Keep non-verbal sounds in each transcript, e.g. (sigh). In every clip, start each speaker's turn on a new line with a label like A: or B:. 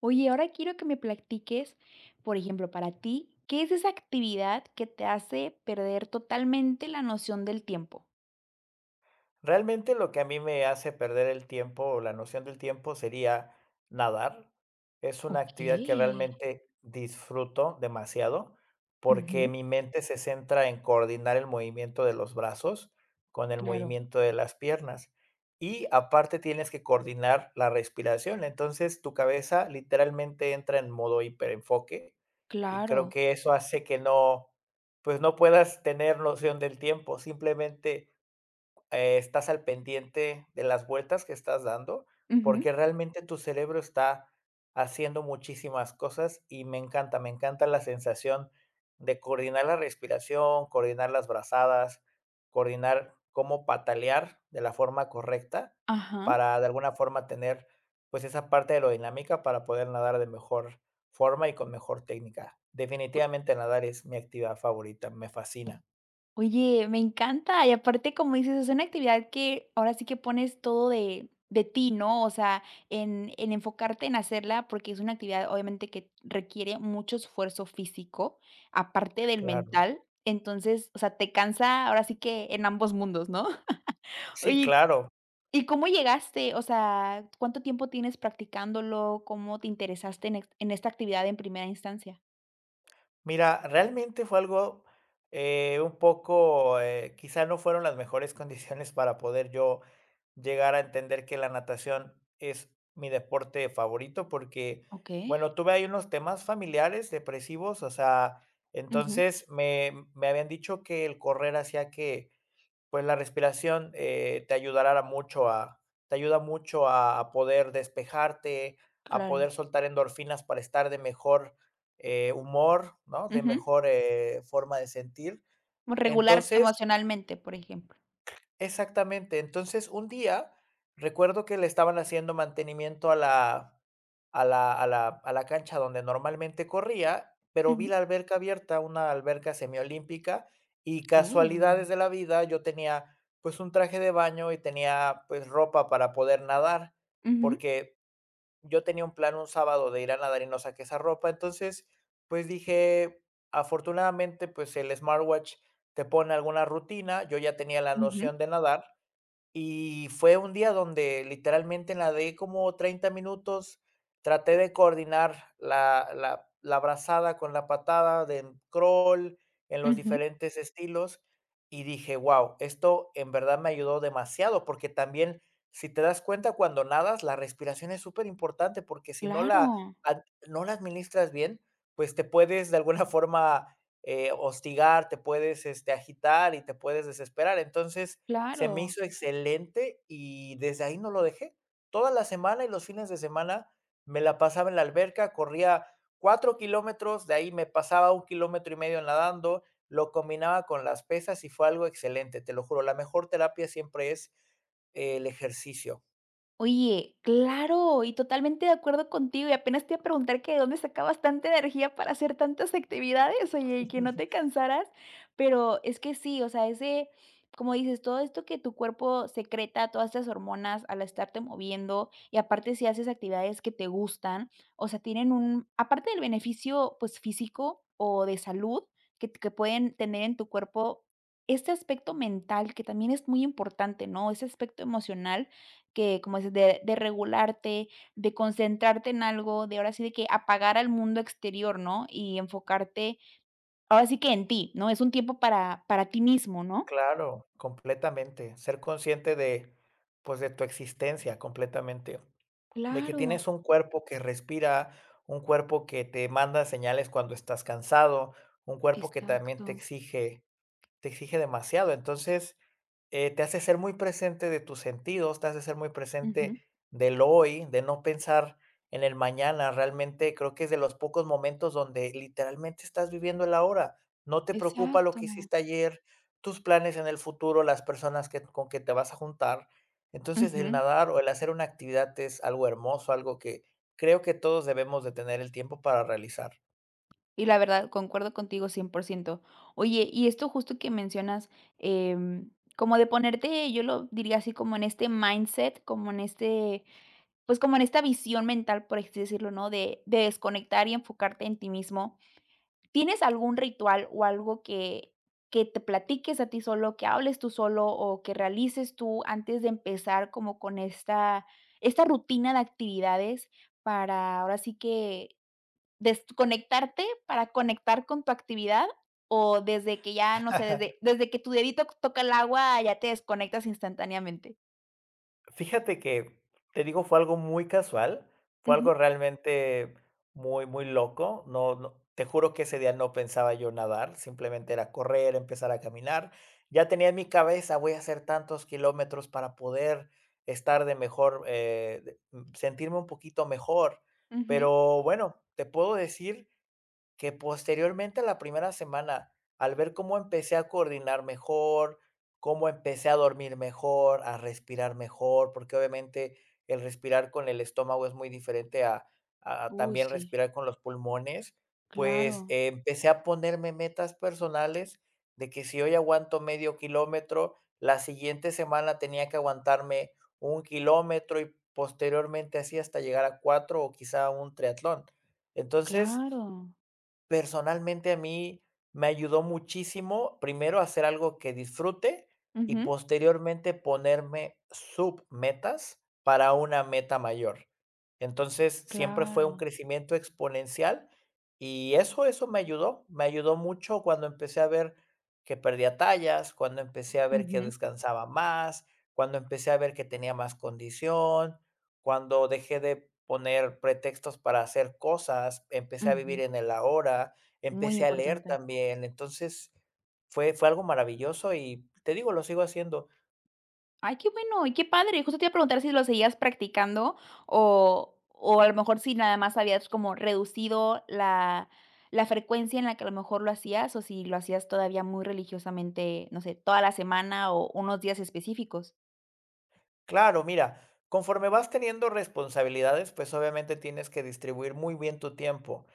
A: Oye, ahora quiero que me platiques, por ejemplo, para ti, ¿qué es esa actividad que te hace perder totalmente la noción del tiempo?
B: Realmente lo que a mí me hace perder el tiempo o la noción del tiempo sería nadar. Es una actividad que
A: Okey.
B: realmente disfruto demasiado porque
A: Ujú,
B: mi mente se centra en coordinar el movimiento de los brazos con el
A: claro,
B: movimiento de las piernas. Y aparte tienes que coordinar la respiración. Entonces tu cabeza literalmente entra en modo hiperenfoque y creo
A: claro.
B: que eso hace que no, pues no puedas tener noción del tiempo. Simplemente estás al pendiente de las vueltas que estás dando,
A: Ujú,
B: porque realmente tu cerebro está haciendo muchísimas cosas y me encanta la sensación de coordinar la respiración, coordinar las brazadas, coordinar cómo patalear de la forma correcta
A: ajá.
B: para de alguna forma tener pues esa parte aerodinámica para poder nadar de mejor forma y con mejor técnica. Definitivamente nadar es mi actividad favorita, me fascina.
A: Oye, me encanta. Y aparte, como dices, es una actividad que ahora sí que pones todo de ti, ¿no? O sea, en enfocarte en hacerla, porque es una actividad obviamente que requiere mucho esfuerzo físico, aparte del
B: Claro.
A: mental. Entonces, o sea, te cansa ahora sí que en ambos mundos, ¿no? (laughs)
B: Sí,
A: Oye,
B: claro.
A: ¿y cómo llegaste? O sea, ¿cuánto tiempo tienes practicándolo? ¿Cómo te interesaste en, en esta actividad en primera instancia?
B: Mira, realmente fue algo, un poco, quizá no fueron las mejores condiciones para poder yo llegar a entender que la natación es mi deporte favorito, porque,
A: Ok.
B: bueno, tuve ahí unos temas familiares depresivos, o sea,
A: Ujú,
B: entonces me habían dicho que el correr hacía que pues la respiración, te ayuda mucho a poder despejarte, a
A: claro.
B: poder soltar endorfinas para estar de mejor, humor, ¿no? De
A: Ujú.
B: mejor, forma de sentir.
A: Regularte
B: Entonces.
A: emocionalmente, por ejemplo.
B: Exactamente. Entonces, un día recuerdo que le estaban haciendo mantenimiento a la cancha donde normalmente corría, pero vi
A: Ujú.
B: la alberca abierta, una alberca semiolímpica, y casualidades
A: Oh.
B: de la vida, yo tenía, pues, un traje de baño y tenía, pues, ropa para poder nadar,
A: Ujú,
B: porque yo tenía un plan un sábado de ir a nadar y no saqué esa ropa. Entonces, pues, dije, afortunadamente, pues, el smartwatch te pone alguna rutina, yo ya tenía la
A: ujú,
B: noción de nadar y fue un día donde literalmente nadé como 30 minutos, traté de coordinar la brazada con la patada de crawl en los
A: ujú.
B: diferentes estilos, y dije: "Wow, esto en verdad me ayudó demasiado", porque también, si te das cuenta, cuando nadas, la respiración es súper importante porque si no la
A: Claro,
B: ad no la administras bien, pues te puedes de alguna (laughs) forma, hostigar, te puedes, agitar y te puedes desesperar. Entonces, se me
A: claro.
B: hizo excelente y desde ahí no lo dejé. Toda la semana y los fines de semana me la pasaba en la alberca, corría 4 kilómetros, de ahí me pasaba 1 kilómetro y medio nadando, lo combinaba con las pesas y fue algo excelente, te lo juro. La mejor terapia siempre es el ejercicio.
A: Oye, claro, y totalmente de acuerdo contigo, y apenas te iba a preguntar que de dónde sacabas tanta energía para hacer tantas actividades, oye, y que no te cansaras, pero es que sí, o sea, ese, como dices, todo esto que tu cuerpo secreta, todas estas hormonas al estarte moviendo, y aparte si haces actividades que te gustan, o sea, tienen un, aparte del beneficio, pues, físico o de salud que pueden tener en tu cuerpo, este aspecto mental que también es muy importante, ¿no? Ese aspecto emocional que, como dices, de regularte, de concentrarte en algo, de ahora sí de que apagar al mundo exterior, ¿no? Y enfocarte, ahora sí que en ti, ¿no? Es un tiempo para ti mismo, ¿no?
B: Claro, completamente. Ser consciente de, pues, de tu existencia completamente. De que
A: Claro,
B: tienes un cuerpo que respira, un cuerpo que te manda señales cuando estás cansado, un cuerpo que también
A: exacto.
B: te exige demasiado. Entonces, te hace ser muy presente de tus sentidos, te hace ser muy
A: Ujú.
B: presente del hoy, de no pensar en el mañana. Realmente creo que es de los pocos momentos donde literalmente estás viviendo el ahora. No te preocupa lo
A: Exacto.
B: que hiciste ayer, tus planes en el futuro, las personas que, con que te vas a juntar. Entonces, el
A: Ujú.
B: nadar o el hacer una actividad es algo hermoso, algo que creo que todos debemos de tener el tiempo para realizar.
A: Y la verdad, concuerdo contigo 100%. Oye, y esto justo que mencionas, em, como de ponerte, yo lo diría así como en este mindset, como en este pues, como en esta visión mental, por así decirlo, ¿no? De desconectar y enfocarte en ti mismo, ¿tienes algún ritual o algo que te platiques a ti solo, que hables tú solo o que realices tú antes de empezar como con esta rutina de actividades para, ahora sí que, desconectarte para conectar con tu actividad? O desde que ya, no sé, desde que tu dedito toca el agua, ya te desconectas instantáneamente.
B: Fíjate que, te digo, fue algo muy casual, fue
A: Ujú,
B: algo realmente muy, muy loco. No, no, te juro que ese día no pensaba yo nadar, simplemente era correr, empezar a caminar. Ya tenía en mi cabeza, voy a hacer tantos kilómetros para poder estar de mejor, sentirme un poquito mejor.
A: ujú.
B: Pero bueno, te puedo decir que posteriormente a la primera semana, al ver cómo empecé a coordinar mejor, cómo empecé a dormir mejor, a respirar mejor, porque obviamente el respirar con el estómago es muy diferente a
A: Uy,
B: también
A: sí,
B: respirar con los pulmones, pues
A: claro.
B: empecé a ponerme metas personales de que si hoy aguanto medio kilómetro, la siguiente semana tenía que aguantarme 1 kilómetro y posteriormente así hasta llegar a cuatro o quizá un triatlón. Entonces,
A: Claro.
B: personalmente, a mí me ayudó muchísimo, primero, a hacer algo que disfrute y
A: Ujú.
B: posteriormente ponerme submetas para una meta mayor. Entonces, siempre fue un
A: Claro.
B: crecimiento exponencial y eso me ayudó mucho cuando empecé a ver que perdía tallas, cuando empecé a ver que
A: Ujú,
B: descansaba más, cuando empecé a ver que tenía más condición, cuando dejé de poner pretextos para hacer cosas, empecé a vivir
A: ujú,
B: en el ahora,
A: muy
B: empecé a leer
A: importante.
B: también. Entonces, fue algo maravilloso y te digo, lo sigo haciendo.
A: Ay, qué bueno y qué padre. Justo te iba a preguntar si lo seguías practicando o o a lo mejor si nada más habías como reducido la frecuencia en la que a lo mejor lo hacías o si lo hacías todavía muy religiosamente, no sé, toda la semana o unos días específicos.
B: Claro, mira, conforme vas teniendo responsabilidades, pues obviamente tienes que distribuir muy bien tu tiempo,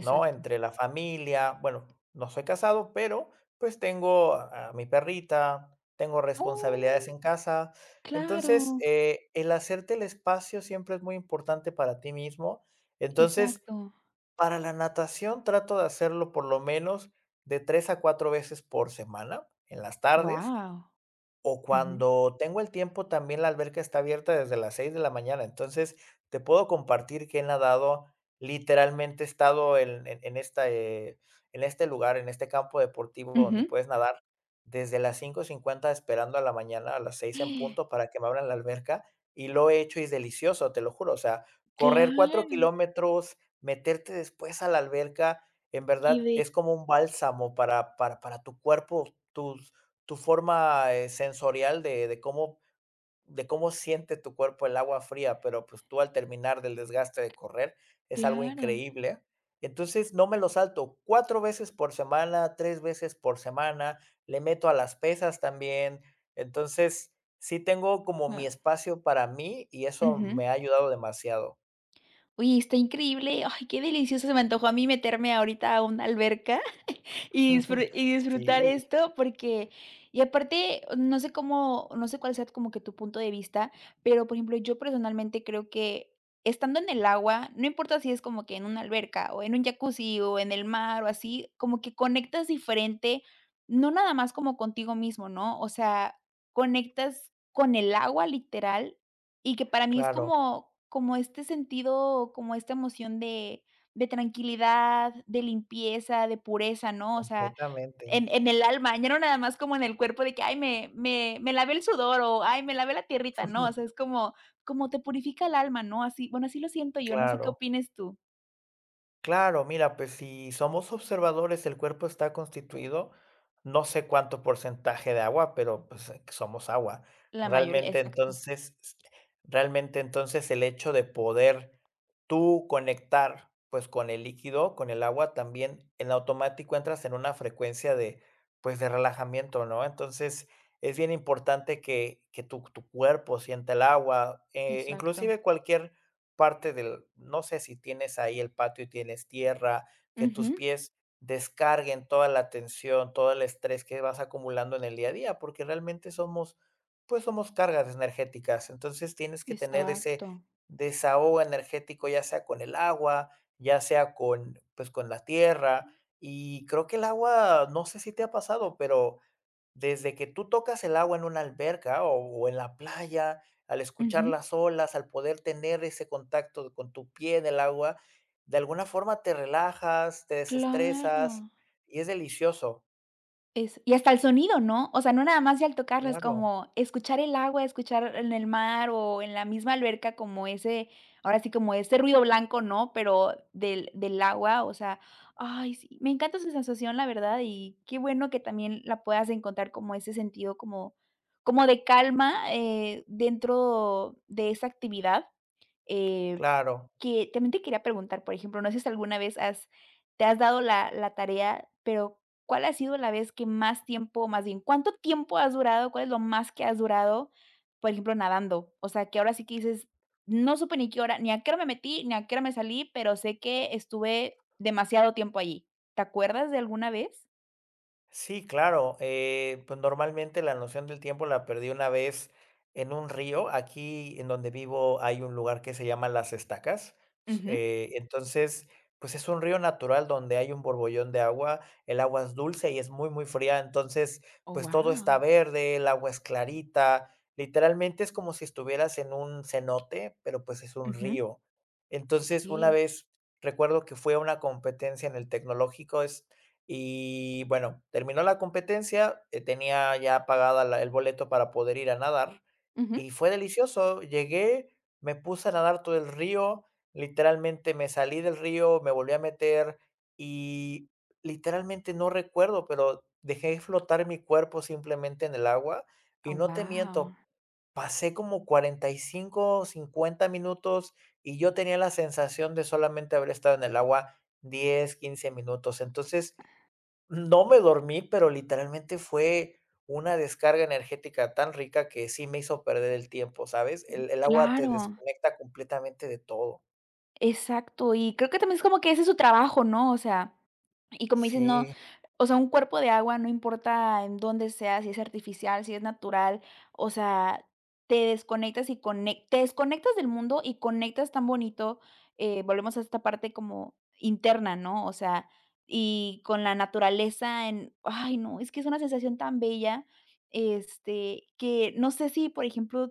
B: ¿no? Entre la familia, bueno, no soy casado, pero pues tengo a mi perrita, tengo responsabilidades
A: Oh,
B: en casa. Entonces,
A: claro,
B: el hacerte el espacio siempre es muy importante para ti mismo. Entonces,
A: exacto.
B: para la natación trato de hacerlo por lo menos de 3 a 4 veces por semana, en las tardes.
A: Wow.
B: O
A: Ujú,
B: cuando tengo el tiempo, también la alberca está abierta desde las 6 de la mañana. Entonces, te puedo compartir que he nadado, literalmente he estado en esta, en este lugar, en este campo deportivo
A: ujú.
B: donde puedes nadar desde las 5:50 esperando a la mañana, a las 6 en punto
A: (gasps)
B: para que me abran la alberca, y lo he hecho y es delicioso, te lo juro. O sea, correr 4
A: Claro.
B: kilómetros, meterte después a la alberca, en
A: Qué
B: verdad
A: be
B: es como un bálsamo para tu cuerpo, tus tu forma, sensorial de cómo siente tu cuerpo el agua fría, pero, pues, tú al terminar del desgaste de correr, es algo
A: Claro.
B: increíble. Entonces, no me lo salto, 4 veces por semana, 3 veces por semana, le meto a las pesas también. Entonces, sí tengo como mi
A: Ah,
B: espacio para mí, y eso
A: ujú.
B: me ha ayudado demasiado.
A: Oye, está increíble. Ay, qué delicioso, se me antojó a mí meterme ahorita a una alberca. Y disfru
B: (laughs)
A: y disfrutar
B: Sí,
A: esto porque y aparte, no sé cómo no sé cuál sea como que tu punto de vista, pero, por ejemplo, yo personalmente creo que estando en el agua, no importa si es como que en una alberca, o en un jacuzzi, o en el mar, o así, como que conectas diferente, no nada más como contigo mismo, ¿no? O sea, conectas con el agua, literal, y que para mí es
B: claro,
A: como como este sentido, como esta emoción de tranquilidad, de limpieza, de pureza, ¿no? O sea,
B: completamente.
A: en el alma, ya no nada más como en el cuerpo de que: "Ay, me lavé el sudor", o: "Ay, me lavé la tierrita", ¿no? O
B: (laughs)
A: sea, es como como te purifica el alma, ¿no? Así, bueno, así lo siento yo, no sé qué
B: Claro.
A: opines tú.
B: Claro, mira, pues si somos observadores, el cuerpo está constituido, no sé cuánto porcentaje de agua, pero pues somos agua.
A: La mayoría
B: Realmente
A: exacto,
B: entonces, realmente entonces el hecho de poder tú conectar pues con el líquido, con el agua, también en automático entras en una frecuencia de pues de relajamiento, ¿no? Entonces es bien importante que tu cuerpo sienta el agua,
A: exacto.
B: inclusive cualquier parte del no sé si tienes ahí el patio y tienes tierra, que tus
A: Ujú,
B: pies descarguen toda la tensión, todo el estrés que vas acumulando en el día a día, porque realmente somos, pues somos cargas energéticas. Entonces tienes que tener ese
A: exacto.
B: desahogo energético, ya sea con el agua, ya sea con, pues con la tierra. Y creo que el agua, no sé si te ha pasado, pero desde que tú tocas el agua en una alberca o en la playa, al escuchar
A: Ujú.
B: las olas, al poder tener ese contacto con tu pie en el agua, de alguna forma te relajas, te
A: Claro.
B: desestresas y es delicioso.
A: Es y hasta el sonido, ¿no? O sea, no nada más ya al tocarlas,
B: Claro,
A: como escuchar el agua, escuchar en el mar o en la misma alberca como ese, ahora sí, como ese ruido blanco, ¿no? Pero del agua, o sea, ay, sí, me encanta esa sensación, la verdad, y qué bueno que también la puedas encontrar como ese sentido como como de calma, dentro de esa actividad, eh
B: claro.
A: que también te quería preguntar, por ejemplo, no sé si alguna vez has te has dado la tarea, pero, ¿cuál ha sido la vez que más tiempo, más bien, cuánto tiempo has durado? ¿Cuál es lo más que has durado, por ejemplo, nadando? O sea, que ahora sí que dices: "No supe ni qué hora ni a qué hora me metí, ni a qué hora me salí, pero sé que estuve demasiado tiempo allí". ¿Te acuerdas de alguna vez?
B: Sí, claro. Pues normalmente la noción del tiempo la perdí una vez en un río. Aquí en donde vivo hay un lugar que se llama Las Estacas.
A: Ujú.
B: Entonces, pues es un río natural donde hay un borbollón de agua. El agua es dulce y es muy, muy fría. Entonces,
A: Oh,
B: pues todo está
A: guau.
B: verde, el agua es clarita. Literalmente es como si estuvieras en un cenote, pero pues es un
A: Ujú.
B: río. Entonces, una
A: Okey.
B: vez recuerdo que fue a una competencia en el tecnológico. Y bueno, terminó la competencia, tenía ya pagada la el boleto para poder ir a nadar,
A: Ujú.
B: y fue delicioso. Llegué, me puse a nadar todo el río, literalmente me salí del río, me volví a meter, y literalmente no recuerdo, pero dejé flotar mi cuerpo simplemente en el agua, y
A: Oh,
B: no te
A: guau.
B: miento, pasé como 45-50 minutos, y yo tenía la sensación de solamente haber estado en el agua 10-15 minutos. Entonces no me dormí, pero literalmente fue una descarga energética tan rica que sí me hizo perder el tiempo, ¿sabes? El agua te
A: Claro.
B: desconecta completamente de todo.
A: Exacto, y creo que también es como que ese es su trabajo, ¿no? O sea, y como dices, no,
B: Sí,
A: o sea, un cuerpo de agua, no importa en dónde sea, si es artificial, si es natural, o sea, te desconectas y conec te desconectas del mundo y conectas tan bonito, volvemos a esta parte como interna, ¿no? O sea, y con la naturaleza en ay, no, es que es una sensación tan bella, este, que no sé si, por ejemplo,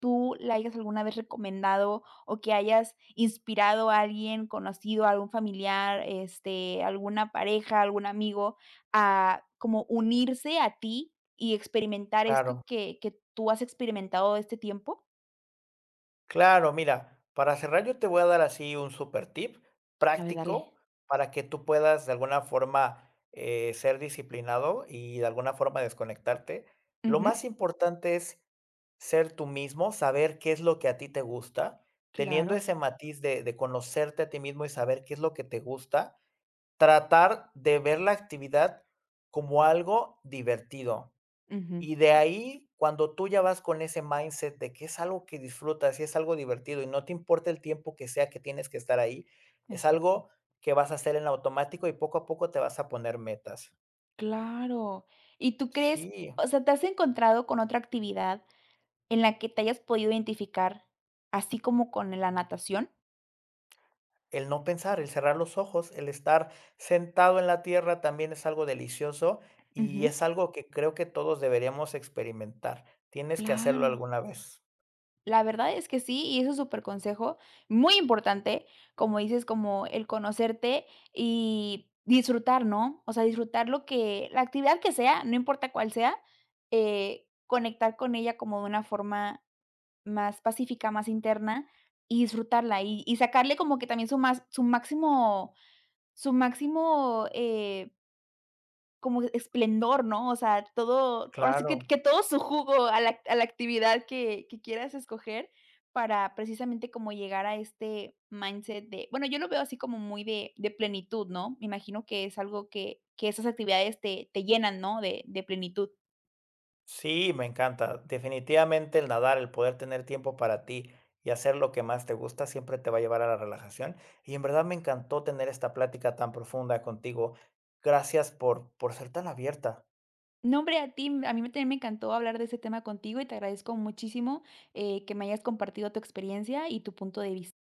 A: tú la hayas alguna vez recomendado o que hayas inspirado a alguien conocido, a algún familiar, este, alguna pareja, algún amigo, a como unirse a ti y experimentar esto
B: claro.
A: que tú has experimentado este tiempo?
B: Claro, mira, para cerrar yo te voy a dar así un super tip
A: A ver, dale.
B: práctico para que tú puedas de alguna forma ser disciplinado y de alguna forma desconectarte. Lo
A: Ujú,
B: más importante es ser tú mismo, saber qué es lo que a ti te gusta, teniendo
A: claro.
B: ese matiz de conocerte a ti mismo y saber qué es lo que te gusta, tratar de ver la actividad como algo divertido
A: Ujú,
B: y de ahí, cuando tú ya vas con ese mindset de que es algo que disfrutas y es algo divertido y no te importa el tiempo que sea que tienes que estar ahí, es
A: exacto.
B: algo que vas a hacer en automático y poco a poco te vas a poner metas.
A: Claro. ¿Y tú crees?
B: Sí,
A: O sea, ¿te has encontrado con otra actividad en la que te hayas podido identificar, así como con la natación?
B: el no pensar, el cerrar los ojos, el estar sentado en la tierra también es algo delicioso y
A: Ujú.
B: es algo que creo que todos deberíamos experimentar. Tienes que hacerlo
A: Claro.
B: alguna vez.
A: La verdad es que sí, y es un súper consejo muy importante, como dices, como el conocerte y disfrutar, ¿no? O sea, disfrutar lo que la actividad que sea, no importa cuál sea, conectar con ella como de una forma más pacífica, más interna y disfrutarla y sacarle como que también su más su máximo, como esplendor, ¿no? O sea, todo, ahora sí
B: Claro.
A: que todo su jugo a la actividad que quieras escoger para precisamente como llegar a este mindset de bueno, yo lo veo así como muy de plenitud, ¿no? Me imagino que es algo que esas actividades te llenan, ¿no? De plenitud.
B: Sí, me encanta. Definitivamente el nadar, el poder tener tiempo para ti y hacer lo que más te gusta, siempre te va a llevar a la relajación. Y en verdad me encantó tener esta plática tan profunda contigo. Gracias por ser tan abierta.
A: No, hombre, a ti, a mí también me encantó hablar de este tema contigo y te agradezco muchísimo, que me hayas compartido tu experiencia y tu punto de vista.